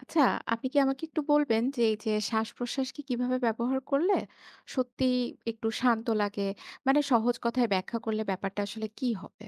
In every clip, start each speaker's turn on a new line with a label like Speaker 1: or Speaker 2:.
Speaker 1: আচ্ছা, আপনি কি আমাকে একটু বলবেন যে এই যে শ্বাসপ্রশ্বাসকে কিভাবে ব্যবহার করলে সত্যিই একটু শান্ত লাগে? মানে সহজ কথায় ব্যাখ্যা করলে ব্যাপারটা আসলে কি হবে?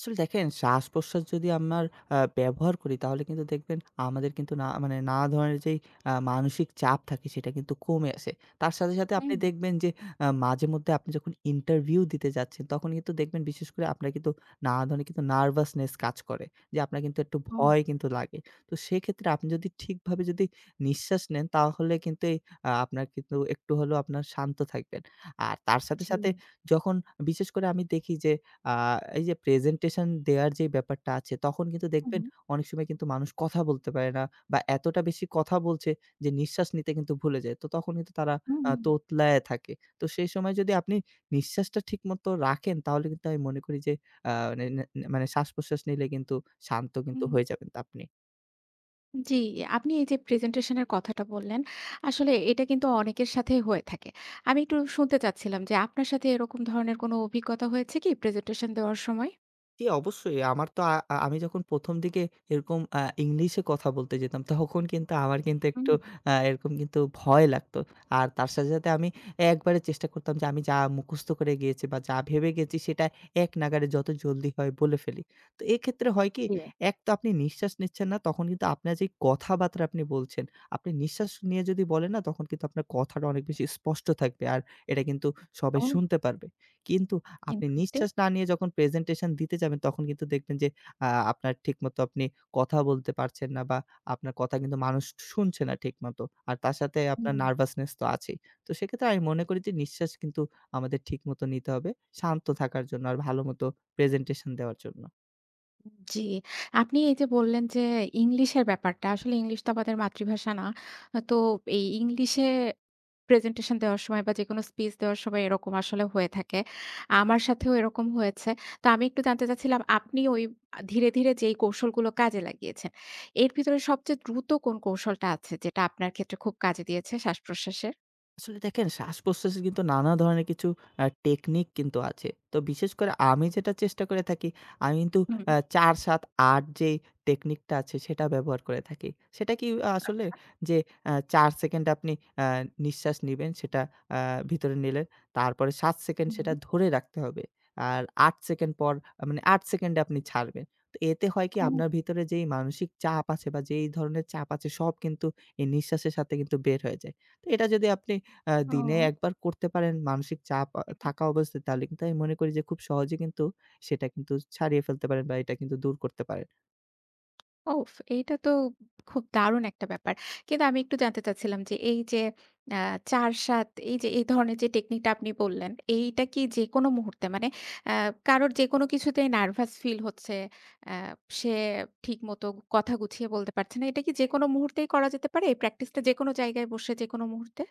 Speaker 2: আসলে দেখেন, শ্বাস-প্রশ্বাস যদি আমার ব্যবহার করি তাহলে কিন্তু দেখবেন আমাদের কিন্তু না মানে নানা ধরনের যেই মানসিক চাপ থাকে সেটা কিন্তু কমে আসে। তার সাথে, সাথে আপনি
Speaker 1: হুম,
Speaker 2: দেখবেন যে মাঝেমধ্যে আপনি যখন ইন্টারভিউ দিতে যাচ্ছেন, তখন কিন্তু দেখবেন বিশেষ করে আপনার কিন্তু নানা ধরনের কিন্তু নার্ভাসনেস কাজ করে। যে আপনার কিন্তু একটু
Speaker 1: ও,
Speaker 2: ভয় কিন্তু লাগে। তো সেক্ষেত্রে আপনি যদি ঠিকভাবে যদি নিঃশ্বাস নেন তাহলে কিন্তু এই আপনার কিন্তু একটু হলেও আপনার শান্ত থাকবেন। আর তার সাথে,
Speaker 1: জি।
Speaker 2: সাথে যখন বিশেষ করে আমি দেখি যে আ এই যে প্রেজেন্টেশন দেওয়ার যে ব্যাপারটা আছে, তখন কিন্তু
Speaker 1: হুম,
Speaker 2: দেখবেন অনেক সময় কিন্তু মানুষ কথা বলতে পারে না, বা এতটা বেশি কথা বলছে যে নিঃশ্বাস নিতে কিন্তু ভুলে যায়। তো তখন কিন্তু তারা
Speaker 1: হুম, হুম,
Speaker 2: তোতলায়ে থাকে। তো সেই সময় যদি আপনি নিঃশ্বাসটা ঠিকমতো রাখেন, তাহলে কিন্তু আমি মনে করি যে আ মানে নে মানে শ্বাস-প্রশ্বাস নিলে কিন্তু শান্ত কিন্তু
Speaker 1: হুম।
Speaker 2: হয়ে যাবেন তা আপনি।
Speaker 1: জি, আপনি এই যে প্রেজেন্টেশন এর কথাটা বললেন, আসলে এটা কিন্তু অনেকের সাথেই হয়ে থাকে। আমি একটু শুনতে চাচ্ছিলাম যে আপনার সাথে এরকম ধরনের কোনো অভিজ্ঞতা হয়েছে কি প্রেজেন্টেশন দেওয়ার সময়?
Speaker 2: জি, অবশ্যই। আমার তো আ আ- আমি যখন ১ম দিকে এরকম ইংলিশে কথা বলতে যেতাম, তখন কিন্তু আমার কিন্তু
Speaker 1: হুম,
Speaker 2: একটু এরকম কিন্তু ভয় লাগতো। আর তার সাথে, সাথে আমি একবারে চেষ্টা করতাম যে আমি যা মুখস্থ করে গিয়েছি বা যা ভেবে গেছি সেটা এক নাগাড়ে যত জলদি হয় বলে ফেলি। তো এক্ষেত্রে হয় কি,
Speaker 1: জি।
Speaker 2: এক তো আপনি নিঃশ্বাস নিচ্ছেন না, তখন কিন্তু আপনার যে কথাবার্তা আপনি বলছেন, আপনি নিঃশ্বাস নিয়ে যদি বলেন না তখন কিন্তু আপনার কথাটা অনেক বেশি স্পষ্ট থাকবে। আর এটা কিন্তু সবাই
Speaker 1: ও,
Speaker 2: শুনতে পারবে। কিন্তু আপনি
Speaker 1: কিন্তু
Speaker 2: নিঃশ্বাস না নিয়ে যখন প্রেজেন্টেশন দিতে যাবেন, তখন কিন্তু দেখবেন যে আপনার ঠিকমতো আপনি কথা বলতে পারছেন না, বা আপনার কথা কিন্তু মানুষ শুনছে না ঠিকমতো। আর তার সাথে আপনার নার্ভাসনেস তো আছেই। তো সেক্ষেত্রে আমি মনে করি যে নিঃশ্বাস কিন্তু আমাদের ঠিকমতো নিতে হবে শান্ত থাকার জন্য আর ভালোমতো প্রেজেন্টেশন দেওয়ার জন্য।
Speaker 1: জি, আপনি এই যে বললেন যে ইংলিশের ব্যাপারটা, আসলে ইংলিশ তো আমাদের মাতৃভাষা না। তো এই ইংলিশে প্রেজেন্টেশন দেওয়ার সময় বা যেকোনো স্পিচ দেওয়ার সময় এরকম আসলে হয়ে থাকে। আমার সাথেও এরকম হয়েছে। তো আমি একটু জানতে চাচ্ছিলাম আপনি ওই ধীরে, ধীরে যেই কৌশলগুলো কাজে লাগিয়েছেন, এর ভিতরে সবচেয়ে দ্রুত কোন কৌশলটা আছে যেটা আপনার ক্ষেত্রে খুব কাজে দিয়েছে শ্বাসপ্রশ্বাসের?
Speaker 2: আসলে দেখেন, শ্বাসপ্রশ্বাসের কিন্তু নানা ধরনের কিছু টেকনিক কিন্তু আছে। তো বিশেষ করে আমি যেটা চেষ্টা করে থাকি, আমি কিন্তু
Speaker 1: হুম।
Speaker 2: ৪, ৭, ৮ যে টেকনিকটা আছে সেটা ব্যবহার করে থাকি। সেটা কি আসলে,
Speaker 1: আচ্ছা।
Speaker 2: যে ৪ সেকেন্ড আপনি আ নিঃশ্বাস নিবেন, সেটা আ ভিতরে নিলেন। তারপরে ৭ সেকেন্ড সেটা
Speaker 1: হুম।
Speaker 2: ধরে রাখতে হবে। আর ৮ সেকেন্ড পর, মানে ৮ সেকেন্ডে আপনি ছাড়বেন। তো এতে হয় কি,
Speaker 1: ও,
Speaker 2: আপনার ভিতরে যেই মানসিক চাপ আছে বা যেই ধরনের চাপ আছে সব কিন্তু এই নিঃশ্বাসের সাথে কিন্তু বের হয়ে যায়। তো এটা যদি আপনি দিনে
Speaker 1: ও।
Speaker 2: একবার করতে পারেন মানসিক চাপ
Speaker 1: হুম।
Speaker 2: থাকা অবস্থায়, তাহলে কিন্তু আমি মনে করি যে খুব সহজে কিন্তু সেটা কিন্তু ছাড়িয়ে ফেলতে পারেন বা এটা কিন্তু দূর করতে পারেন।
Speaker 1: ওফ! এইটা তো খুব দারুণ একটা ব্যাপার। কিন্তু আমি একটু জানতে চাচ্ছিলাম যে এই যে আ ৪-৭ এই যে এই ধরনের যে টেকনিকটা আপনি বললেন, এইটা কি যেকোনো মুহূর্তে মানে আ কারোর যেকোনো কিছুতেই নার্ভাস ফিল হচ্ছে, আ সে ঠিকমতো কথা গুছিয়ে বলতে পারছে না। এটা কি যেকোনো মুহূর্তেই করা যেতে পারে? এই প্র্যাকটিসটা যেকোনো জায়গায় বসে যেকোনো মুহূর্তে?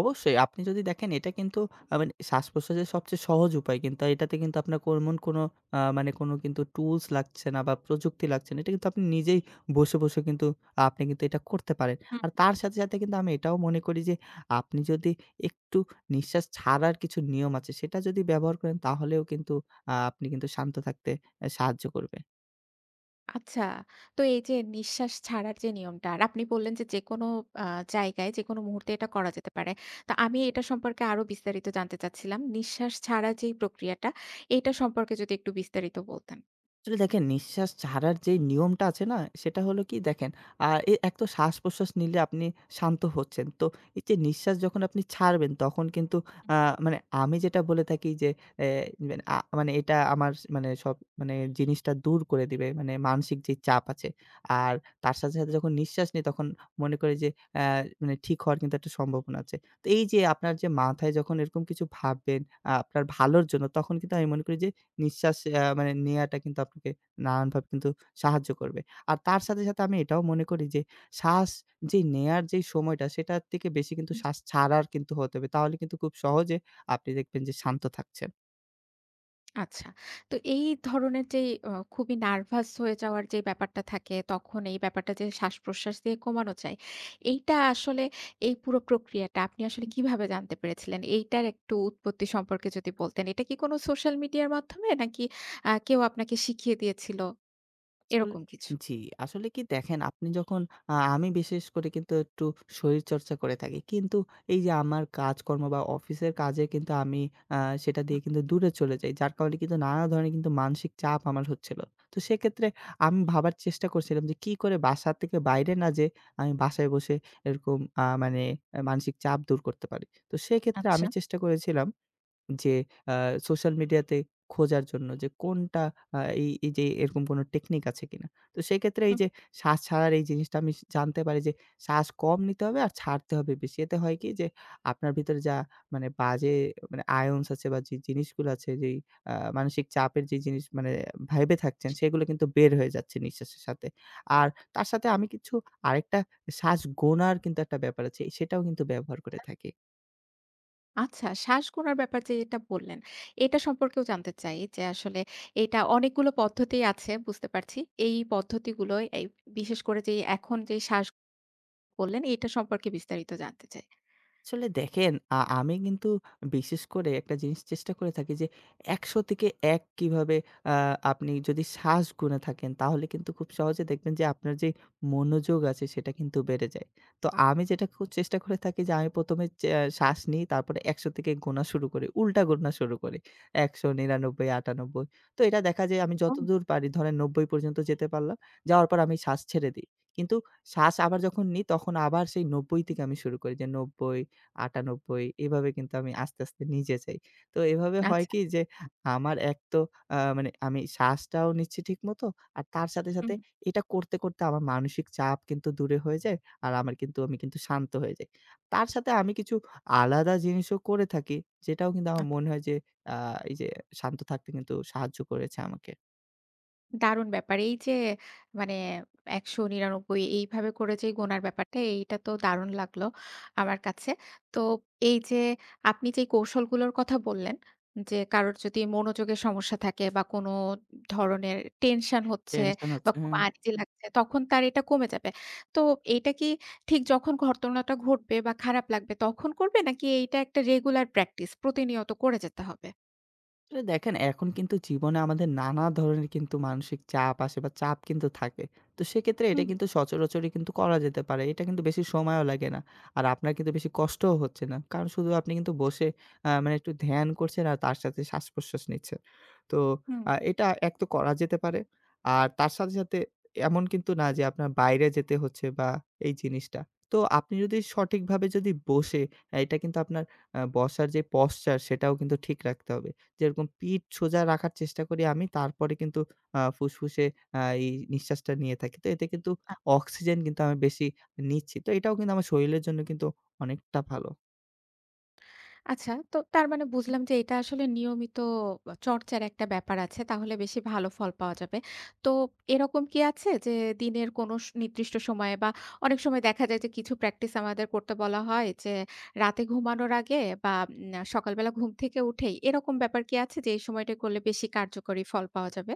Speaker 2: অবশ্যই। আপনি যদি দেখেন এটা কিন্তু মানে শ্বাস-প্রশ্বাসের সবচেয়ে সহজ উপায় কিন্তু। এটাতে কিন্তু আপনার কোমন কোনো আ মানে কোনো কিন্তু টুলস লাগছে না বা প্রযুক্তি লাগছে না। এটা কিন্তু আপনি নিজেই বসে, বসে কিন্তু আপনি কিন্তু এটা করতে পারেন। আর তার সাথে, সাথে কিন্তু আমি এটাও মনে করি যে, আপনি যদি একটু নিঃশ্বাস ছাড়ার কিছু নিয়ম আছে সেটা যদি ব্যবহার করেন তাহলেও কিন্তু আপনি কিন্তু শান্ত থাকতে সাহায্য করবে।
Speaker 1: আচ্ছা। তো এই যে নিঃশ্বাস ছাড়ার যে নিয়মটা আর আপনি বললেন যে, যেকোনো আ জায়গায় যেকোনো মুহূর্তে এটা করা যেতে পারে। তো আমি এটা সম্পর্কে আরো বিস্তারিত জানতে চাচ্ছিলাম। নিঃশ্বাস ছাড়া যেই প্রক্রিয়াটা, এটা সম্পর্কে যদি একটু বিস্তারিত বলতেন।
Speaker 2: আসলে দেখেন, নিঃশ্বাস ছাড়ার যে নিয়মটা আছে না? সেটা হলো কি দেখেন, আ এ এক তো শ্বাস-প্রশ্বাস নিলে আপনি শান্ত হচ্ছেন। তো এই যে নিঃশ্বাস যখন আপনি ছাড়বেন তখন কিন্তু আ মানে আমি যেটা বলে থাকি যে, এ মানে আ মানে এটা আমার মানে সব মানে জিনিসটা দূর করে দিবে। মানে মানসিক যে চাপ আছে। আর তার সাথে, সাথে যখন নিঃশ্বাস নিই তখন মনে করি যে অ্যা মানে ঠিক হওয়ার কিন্তু একটা সম্ভাবনা আছে। তো এই যে আপনার যে মাথায় যখন এরকম কিছু ভাববেন আপনার ভালোর জন্য, তখন কিন্তু আমি মনে করি যে নিঃশ্বাস মানে নেয়াটা কিন্তু আপনাকে নানানভাবে কিন্তু সাহায্য করবে। আর তার সাথে, সাথে আমি এটাও মনে করি যে শ্বাস যে নেয়ার যেই সময়টা, সেটার থেকে বেশি কিন্তু শ্বাস ছাড়ার কিন্তু হতে হবে। তাহলে কিন্তু খুব সহজে আপনি দেখবেন যে শান্ত থাকছেন।
Speaker 1: আচ্ছা। তো এই ধরনের যেই খুবই নার্ভাস হয়ে যাওয়ার যে ব্যাপারটা থাকে, তখন এই ব্যাপারটা যে শ্বাসপ্রশ্বাস দিয়ে কমানো যায়, এইটা আসলে এই পুরো প্রক্রিয়াটা আপনি আসলে কিভাবে জানতে পেরেছিলেন? এইটার একটু উৎপত্তি সম্পর্কে যদি বলতেন। এটা কি কোনো সোশ্যাল মিডিয়ার মাধ্যমে নাকি কেউ আপনাকে শিখিয়ে দিয়েছিল?
Speaker 2: আসলে
Speaker 1: এরকম কিছু?
Speaker 2: জি, আসলে কি দেখেন, আপনি যখন আমি বিশেষ করে কিন্তু একটু শরীরচর্চা করে থাকি। কিন্তু এই যে আমার কাজকর্ম বা অফিসের কাজে কিন্তু আমি আ সেটা দিয়ে
Speaker 1: হুম,
Speaker 2: কিন্তু দূরে চলে যাই। যার কারণে কিন্তু নানা ধরনের কিন্তু মানসিক চাপ আমার হচ্ছিল। তো সেক্ষেত্রে আমি ভাবার চেষ্টা করছিলাম যে কি করে বাসা থেকে বাইরে না যেয়ে আমি বাসায় বসে এরকম আ মানে আ মানসিক চাপ দূর করতে পারি। তো সেক্ষেত্রে আমি
Speaker 1: আচ্ছা।
Speaker 2: চেষ্টা করেছিলাম যে আ সোশ্যাল মিডিয়াতে খোঁজার জন্য যে কোনটা, এই এই যে এরকম কোনো টেকনিক আছে কিনা? তো সেক্ষেত্রে এই
Speaker 1: হুম।
Speaker 2: যে শ্বাস ছাড়ার এই জিনিসটা আমি জানতে পারি যে শ্বাস কম নিতে হবে আর ছাড়তে হবে বেশি। এতে হয় কি যে, আপনার ভিতরে যা মানে বাজে মানে আয়ন্স আছে বা যে জিনিসগুলো আছে, যেই আ মানসিক চাপের যে জিনিস মানে ভেবে থাকছেন, সেগুলো কিন্তু বের হয়ে যাচ্ছে নিঃশ্বাসের সাথে। আর তার সাথে আমি কিছু আরেকটা শ্বাস গোনার কিন্তু একটা ব্যাপার আছে সেটাও কিন্তু ব্যবহার করে থাকি।
Speaker 1: আচ্ছা, শ্বাস গোনার ব্যাপার যেটা বললেন, এটা সম্পর্কেও জানতে চাই যে আসলে এটা অনেকগুলো পদ্ধতি আছে বুঝতে পারছি। এই পদ্ধতিগুলো এই বিশেষ করে যে এখন যে শ্বাস বললেন, এটা সম্পর্কে বিস্তারিত জানতে চাই।
Speaker 2: আসলে দেখেন, আমি কিন্তু বিশেষ করে একটা জিনিস চেষ্টা করে থাকি যে ১০০ থেকে ১ কিভাবে আ আপনি যদি শ্বাস গুনে থাকেন তাহলে কিন্তু খুব সহজে দেখবেন যে আপনার যে মনোযোগ আছে সেটা কিন্তু বেড়ে যায়। তো আমি যেটা চেষ্টা করে থাকি যে, আমি ১ম এ শ্বাস নিই তারপরে ১০০ থেকে গোনা শুরু করি। উল্টা গোনা শুরু করি। ১০০, ৯৯, ৯৮। তো এটা দেখা যায় আমি
Speaker 1: অবশ্যই।
Speaker 2: যতদূর পারি, ধরেন ৯০ পর্যন্ত যেতে পারলাম। যাওয়ার পর আমি শ্বাস ছেড়ে দিই। কিন্তু শ্বাস আবার যখন নিই তখন আবার সেই ৯০ থেকে আমি শুরু করি, যে ৯০, ৯৮, এভাবে কিন্তু আমি আস্তে, আস্তে নিচে যাই। তো এভাবে হয়
Speaker 1: আচ্ছা।
Speaker 2: কি যে, আমার এক তো মানে আমি শ্বাসটাও নিচ্ছি ঠিকমতো, আর তার সাথে,
Speaker 1: হুম,
Speaker 2: সাথে
Speaker 1: হুম।
Speaker 2: এটা করতে, করতে আমার মানসিক চাপ কিন্তু দূরে হয়ে যায়। আর আমার কিন্তু আমি কিন্তু শান্ত হয়ে যাই। তার সাথে আমি কিছু আলাদা জিনিসও করে থাকি যেটাও কিন্তু আমার মনে
Speaker 1: আচ্ছা।
Speaker 2: হয় যে আ এই যে শান্ত থাকতে কিন্তু সাহায্য করেছে আমাকে।
Speaker 1: দারুণ ব্যাপার। এই যে মানে ১৯৯ এইভাবে করে যে গোনার ব্যাপারটা, এইটা তো দারুণ লাগলো আমার কাছে। তো এই যে আপনি যেই কৌশলগুলোর কথা বললেন, যে কারোর যদি মনোযোগের সমস্যা থাকে বা কোনো ধরনের টেনশন হচ্ছে
Speaker 2: টেনশন
Speaker 1: বা
Speaker 2: হচ্ছে।
Speaker 1: খুব
Speaker 2: হ্যাঁ।
Speaker 1: আনজি লাগছে, তখন তার এটা কমে যাবে। তো এইটা কি ঠিক যখন ঘটনাটা ঘটবে বা খারাপ লাগবে তখন করবে? নাকি এইটা একটা রেগুলার প্র্যাকটিস প্রতিনিয়ত করে যেতে হবে?
Speaker 2: আসলে দেখেন, এখন কিন্তু জীবনে আমাদের নানা ধরনের কিন্তু মানসিক চাপ আসে বা চাপ কিন্তু থাকে। তো সেক্ষেত্রে এটা
Speaker 1: হুম,
Speaker 2: কিন্তু সচরাচরই কিন্তু করা যেতে পারে। এটা কিন্তু বেশি সময়ও লাগে না। আর আপনার কিন্তু বেশি কষ্টও হচ্ছে না। কারণ শুধু আপনি কিন্তু বসে মানে একটু ধ্যান করছেন আর তার সাথে শ্বাসপ্রশ্বাস নিচ্ছেন। তো
Speaker 1: হুম।
Speaker 2: এটা এক তো করা যেতে পারে। আর তার সাথে, সাথে এমন কিন্তু না যে আপনার বাইরে যেতে হচ্ছে বা এই জিনিসটা। তো আপনি যদি সঠিকভাবে যদি বসে, এটা কিন্তু আপনার বসার যে posture সেটাও কিন্তু ঠিক রাখতে হবে। যেরকম পিঠ সোজা রাখার চেষ্টা করি আমি, তারপরে কিন্তু ফুসফুসে এই নিঃশ্বাসটা নিয়ে থাকি। তো এতে কিন্তু অক্সিজেন কিন্তু আমি বেশি নিচ্ছি। তো এটাও কিন্তু আমার শরীরের জন্য কিন্তু অনেকটা ভালো।
Speaker 1: আচ্ছা, তো তার মানে বুঝলাম যে এটা আসলে নিয়মিত চর্চার একটা ব্যাপার আছে। তাহলে বেশি ভালো ফল পাওয়া যাবে। তো এরকম কি আছে যে দিনের কোনো নির্দিষ্ট সময়ে বা অনেক সময় দেখা যায় যে কিছু প্র্যাকটিস আমাদের করতে বলা হয় যে রাতে ঘুমানোর আগে বা সকালবেলা ঘুম থেকে উঠেই এরকম ব্যাপার কি আছে যে এই সময়টা করলে বেশি কার্যকরী ফল পাওয়া যাবে?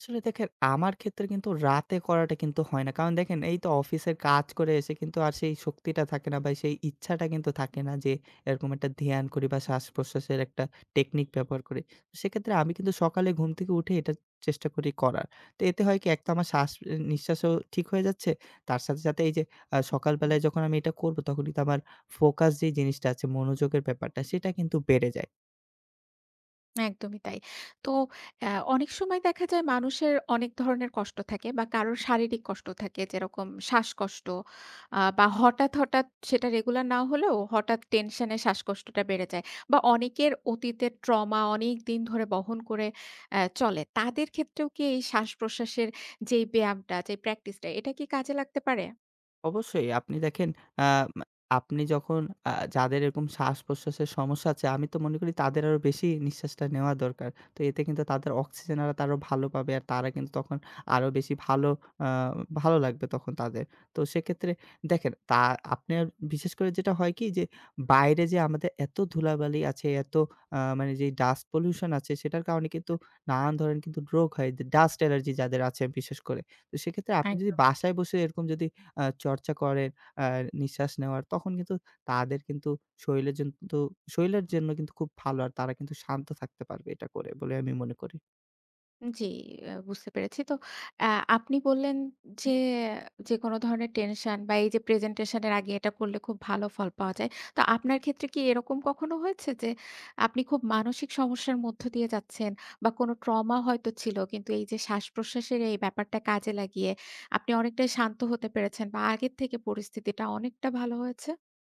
Speaker 2: আসলে দেখেন, আমার ক্ষেত্রে কিন্তু রাতে করাটা কিন্তু হয় না। কারণ দেখেন, এই তো অফিসের কাজ করে এসে কিন্তু আর সেই শক্তিটা থাকে না বা সেই ইচ্ছাটা কিন্তু থাকে না যে এরকম একটা ধ্যান করি বা শ্বাস-প্রশ্বাসের একটা টেকনিক ব্যবহার করি। সেক্ষেত্রে আমি কিন্তু সকালে ঘুম থেকে উঠে এটা চেষ্টা করি করার। তো এতে হয় কি, এক তো আমার শ্বাস এ নিঃশ্বাসও ঠিক হয়ে যাচ্ছে। তার সাথে, সাথে এই যে সকালবেলায় যখন আমি এটা করব তখন কিন্তু আমার ফোকাস যে জিনিসটা আছে, মনোযোগের ব্যাপারটা, সেটা কিন্তু বেড়ে যায়।
Speaker 1: একদমই তাই। তো অ্যা অনেক সময় দেখা যায় মানুষের অনেক ধরনের কষ্ট থাকে বা কারোর শারীরিক কষ্ট থাকে যেরকম শ্বাসকষ্ট বা হঠাৎ, হঠাৎ সেটা রেগুলার না হলেও হঠাৎ টেনশনে শ্বাসকষ্টটা বেড়ে যায় বা অনেকের অতীতের ট্রমা অনেকদিন ধরে বহন করে চলে। তাদের ক্ষেত্রেও কি এই শ্বাস-প্রশ্বাসের যেই ব্যায়ামটা, যে প্র্যাকটিসটা এটা কি কাজে লাগতে পারে?
Speaker 2: অবশ্যই। আপনি দেখেন, আ মা আপনি যখন আ যাদের এরকম শ্বাস-প্রশ্বাসের সমস্যা আছে, আমি তো মনে করি তাদের আরো বেশি নিঃশ্বাসটা নেওয়া দরকার। তো এতে কিন্তু তাদের অক্সিজেন আরো তারা ভালো পাবে। আর তারা কিন্তু তখন আরো বেশি আ ভালো লাগবে তখন তাদের। তো সেক্ষেত্রে দেখেন, তা আপনার বিশেষ করে যেটা হয় কি যে, বাইরে যে আমাদের এত ধুলাবালি আছে, এত মানে যে ডাস্ট পলিউশন আছে, সেটার কারণে কিন্তু নানান ধরনের কিন্তু রোগ হয়। ডাস্ট অ্যালার্জি যাদের আছে বিশেষ করে। তো সেক্ষেত্রে আপনি যদি
Speaker 1: একদম।
Speaker 2: বাসায় বসে এরকম যদি চর্চা করেন, আ নিঃশ্বাস নেওয়ার, তখন কিন্তু তাদের কিন্তু শরীরের জন্তু শরীরের জন্য কিন্তু খুব ভালো। আর তারা কিন্তু শান্ত থাকতে পারবে এটা করে বলে আমি মনে করি।
Speaker 1: জি, বুঝতে পেরেছি। তো আ আপনি বললেন যে, যেকোনো ধরনের টেনশন বা এই যে প্রেজেন্টেশন এর আগে এটা করলে খুব ভালো ফল পাওয়া যায়। তো আপনার ক্ষেত্রে কি এরকম কখনো হয়েছে যে, আপনি খুব মানসিক সমস্যার মধ্য দিয়ে যাচ্ছেন বা কোনো ট্রমা হয়তো ছিল কিন্তু এই যে শ্বাস-প্রশ্বাসের এই ব্যাপারটা কাজে লাগিয়ে আপনি অনেকটাই শান্ত হতে পেরেছেন বা আগের থেকে পরিস্থিতিটা অনেকটা ভালো হয়েছে?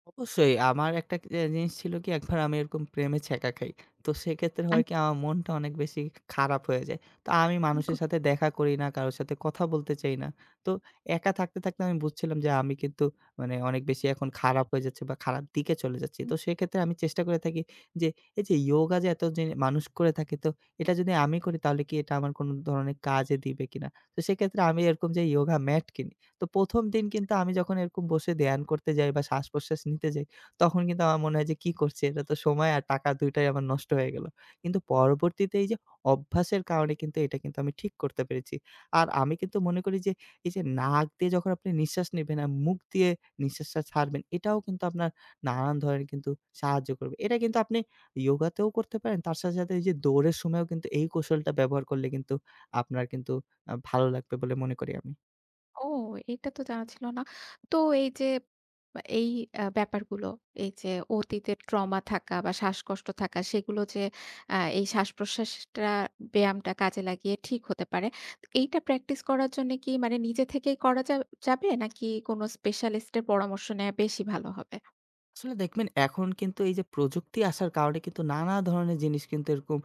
Speaker 2: অবশ্যই। আমার একটা কি- এ জিনিস ছিল কি, একবার আমি এরকম প্রেমে ছ্যাঁকা খাই। তো সেক্ষেত্রে
Speaker 1: আন
Speaker 2: হয় কি, আমার মনটা অনেক বেশি খারাপ হয়ে যায়। তো আমি মানুষের সাথে দেখা করি না, কারো সাথে কথা বলতে চাই না। তো একা থাকতে, থাকতে আমি বুঝছিলাম যে আমি কিন্তু মানে অনেক বেশি এখন খারাপ হয়ে যাচ্ছি বা খারাপ দিকে চলে যাচ্ছি। তো সেক্ষেত্রে আমি চেষ্টা করে থাকি যে, এই যে ইয়োগা যে এত যে মানুষ করে থাকে, তো এটা যদি আমি করি তাহলে কি এটা আমার কোন ধরনের কাজে দিবে কিনা? তো সেক্ষেত্রে আমি এরকম যে ইয়োগা ম্যাট কিনি। তো ১ম দিন কিন্তু আমি যখন এরকম বসে ধ্যান করতে যাই বা শ্বাস-প্রশ্বাস নিতে যাই, তখন কিন্তু আমার মনে হয় যে, "কি করছি? এটা তো সময় আর টাকা ২ টাই আমার নষ্ট হয়ে গেল।" কিন্তু পরবর্তীতে এই যে অভ্যাসের কারণে কিন্তু এটা কিন্তু আমি ঠিক করতে পেরেছি। আর আমি কিন্তু মনে করি যে, এই যে নাক দিয়ে যখন আপনি নিঃশ্বাস নিবেন আর মুখ দিয়ে নিঃশ্বাসটা ছাড়বেন, এটাও কিন্তু আপনার নানান ধরনের কিন্তু সাহায্য করবে। এটা কিন্তু আপনি ইয়োগাতেও করতে পারেন। তার সাথে, সাথে এই যে দৌড়ের সময়ও কিন্তু এই কৌশলটা ব্যবহার করলে কিন্তু আপনার কিন্তু ভালো লাগবে বলে মনে করি আমি।
Speaker 1: ও! এটা তো জানা ছিল না। তো এই যে বা এই ব্যাপারগুলো, এই যে অতীতের ট্রমা থাকা বা শ্বাসকষ্ট থাকা সেগুলো যে এই শ্বাসপ্রশ্বাসটা ব্যায়ামটা কাজে লাগিয়ে ঠিক হতে পারে। তো এইটা প্র্যাকটিস করার জন্যে কি মানে নিজে থেকেই করা যাবে নাকি কোনো স্পেশালিস্ট এর পরামর্শ নেয়া বেশি ভালো হবে?
Speaker 2: আসলে দেখবেন, এখন কিন্তু এই যে প্রযুক্তি আসার কারণে কিন্তু নানা ধরনের জিনিস কিন্তু এরকম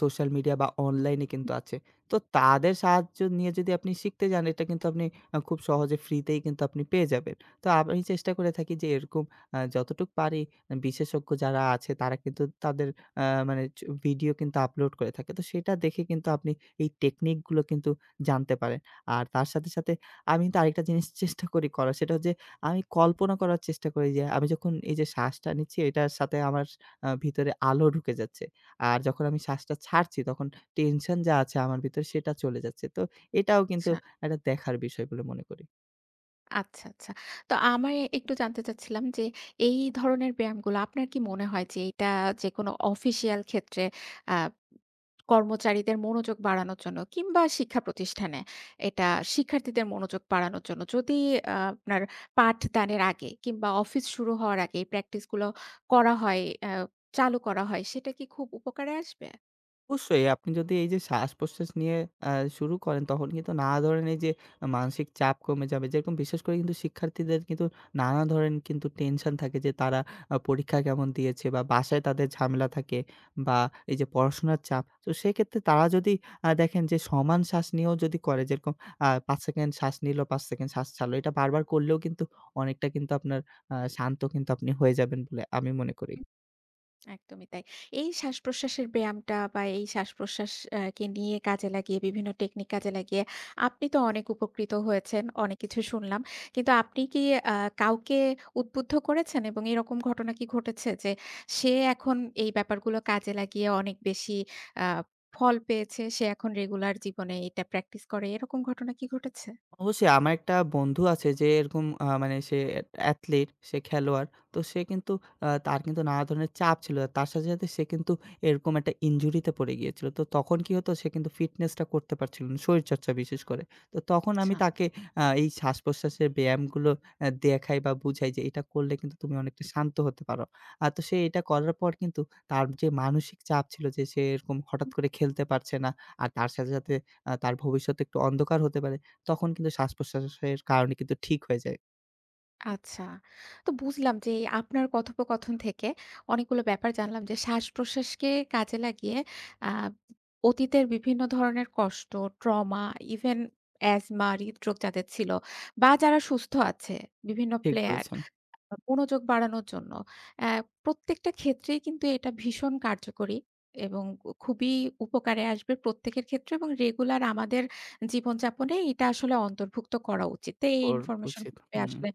Speaker 2: সোশ্যাল মিডিয়া বা অনলাইনে কিন্তু আছে। তো তাদের সাহায্য নিয়ে যদি আপনি শিখতে যান, এটা কিন্তু আপনি খুব সহজে ফ্রিতেই কিন্তু আপনি পেয়ে যাবেন। তো আমি চেষ্টা করে থাকি যে এরকম যতটুক পারি, বিশেষজ্ঞ যারা আছে তারা কিন্তু তাদের আ মানে চ ভিডিও কিন্তু আপলোড করে থাকে। তো সেটা দেখে কিন্তু আপনি এই টেকনিক গুলো কিন্তু জানতে পারেন। আর তার সাথে, সাথে আমি কিন্তু আরেকটা জিনিস চেষ্টা করি করার, সেটা হচ্ছে আমি কল্পনা করার চেষ্টা করি যে, আমি যখন এই যে শ্বাসটা নিচ্ছি এটার সাথে আমার ভিতরে আলো ঢুকে যাচ্ছে। আর যখন আমি শ্বাসটা ছাড়ছি তখন টেনশন যা আছে আমার ভিতরে সেটা চলে যাচ্ছে। তো এটাও কিন্তু
Speaker 1: আচ্ছা।
Speaker 2: একটা দেখার বিষয় বলে মনে করি।
Speaker 1: আচ্ছা, আচ্ছা। তো আমার একটু জানতে চাচ্ছিলাম যে এই ধরনের ব্যায়ামগুলো আপনার কি মনে হয় যে এটা যেকোনো অফিসিয়াল ক্ষেত্রে আ কর্মচারীদের মনোযোগ বাড়ানোর জন্য কিংবা শিক্ষা প্রতিষ্ঠানে এটা শিক্ষার্থীদের মনোযোগ বাড়ানোর জন্য যদি আপনার পাঠদানের আগে কিংবা অফিস শুরু হওয়ার আগে এই প্র্যাকটিসগুলো করা হয়, আ চালু করা হয় সেটা কি খুব উপকারে আসবে?
Speaker 2: অবশ্যই। আপনি যদি এই যে শ্বাস-প্রশ্বাস নিয়ে আ শুরু করেন, তখন কিন্তু নানা ধরনের এই যে মানসিক চাপ কমে যাবে। যেরকম বিশেষ করে কিন্তু শিক্ষার্থীদের কিন্তু নানা ধরনের কিন্তু টেনশন থাকে যে তারা পরীক্ষা কেমন দিয়েছে বা বাসায় তাদের ঝামেলা থাকে বা এই যে পড়াশোনার চাপ। তো সেক্ষেত্রে তারা যদি দেখেন যে সমান শ্বাস নিয়েও যদি করে, যেরকম ৫ সেকেন্ড শ্বাস নিলো, ৫ সেকেন্ড শ্বাস ছাড়লো। এটা বারবার করলেও কিন্তু অনেকটা কিন্তু আপনার শান্ত কিন্তু আপনি হয়ে যাবেন বলে আমি মনে করি।
Speaker 1: একদমই তাই। এই শ্বাসপ্রশ্বাসের ব্যায়ামটা বা এই শ্বাসপ্রশ্বাস কে নিয়ে কাজে লাগিয়ে বিভিন্ন টেকনিক কাজে লাগিয়ে আপনি তো অনেক উপকৃত হয়েছেন, অনেক কিছু শুনলাম। কিন্তু আপনি কি আ কাউকে উদ্বুদ্ধ করেছেন এবং এরকম ঘটনা কি ঘটেছে যে সে এখন এই ব্যাপারগুলো কাজে লাগিয়ে অনেক বেশি আ ফল পেয়েছে, সে এখন রেগুলার জীবনে এটা প্র্যাকটিস করে, এরকম ঘটনা কি ঘটেছে?
Speaker 2: অবশ্যই। আমার একটা বন্ধু আছে যে এরকম, মানে সে অ্যাথলিট, সে খেলোয়াড়। তো সে কিন্তু তার কিন্তু নানা ধরনের চাপ ছিল। তার সাথে, সাথে সে কিন্তু এরকম একটা ইনজুরিতে পড়ে গিয়েছিল। তো তখন কি হতো, সে কিন্তু ফিটনেসটা করতে পারছিল না, শরীরচর্চা বিশেষ করে। তো তখন আমি
Speaker 1: আচ্ছা।
Speaker 2: তাকে এই শ্বাস-প্রশ্বাসের ব্যায়ামগুলো দেখাই বা বুঝাই যে এটা করলে কিন্তু তুমি অনেকটা শান্ত হতে পারো। তো সে এটা করার পর কিন্তু তার যে মানসিক চাপ ছিল যে সে এরকম হঠাৎ করে খেলতে পারছে না। আর তার সাথে, সাথে তার ভবিষ্যৎ একটু অন্ধকার হতে পারে। তখন কিন্তু শ্বাসপ্রশ্বাসের কারণে কিন্তু ঠিক হয়ে যায়।
Speaker 1: আচ্ছা। তো বুঝলাম যে এই আপনার কথোপকথন থেকে অনেকগুলো ব্যাপার জানলাম যে শ্বাস-প্রশ্বাসকে কাজে লাগিয়ে আ অতীতের বিভিন্ন ধরনের কষ্ট, ট্রমা, ইভেন অ্যাজমা, হৃদরোগ যাদের ছিল বা যারা সুস্থ আছে বিভিন্ন
Speaker 2: ঠিক
Speaker 1: প্লেয়ার
Speaker 2: বলেছেন।
Speaker 1: মনোযোগ বাড়ানোর জন্য। অ্যা প্রত্যেকটা ক্ষেত্রেই কিন্তু এটা ভীষণ কার্যকরী এবং খুবই উপকারে আসবে প্রত্যেকের ক্ষেত্রে এবং রেগুলার আমাদের জীবনযাপনে এটা আসলে অন্তর্ভুক্ত করা উচিত। তো এই
Speaker 2: ওর
Speaker 1: ইনফরমেশন
Speaker 2: উচিত। হু।
Speaker 1: আসলে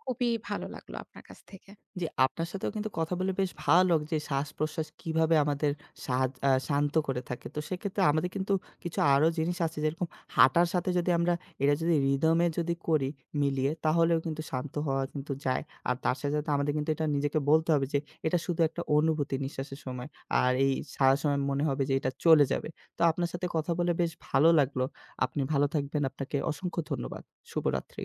Speaker 1: খুবই ভালো লাগলো আপনার কাছ থেকে।
Speaker 2: জি, আপনার সাথেও কিন্তু কথা বলে বেশ ভালো লাগলো যে, শ্বাস-প্রশ্বাস কিভাবে আমাদের সাহায আ শান্ত করে থাকে। তো সেক্ষেত্রে আমাদের কিন্তু কিছু আরো জিনিস আছে, যেরকম হাঁটার সাথে যদি আমরা এটা যদি rhythm এ যদি করি মিলিয়ে, তাহলেও কিন্তু শান্ত হওয়া কিন্তু যায়। আর তার সাথে, সাথে আমাদের কিন্তু এটা নিজেকে বলতে হবে যে, এটা শুধু একটা অনুভূতি নিঃশ্বাসের সময়। আর এই সারা সময় মনে হবে যে এটা চলে যাবে। তো আপনার সাথে কথা বলে বেশ ভালো লাগলো। আপনি ভালো থাকবেন। আপনাকে অসংখ্য ধন্যবাদ। শুভরাত্রি।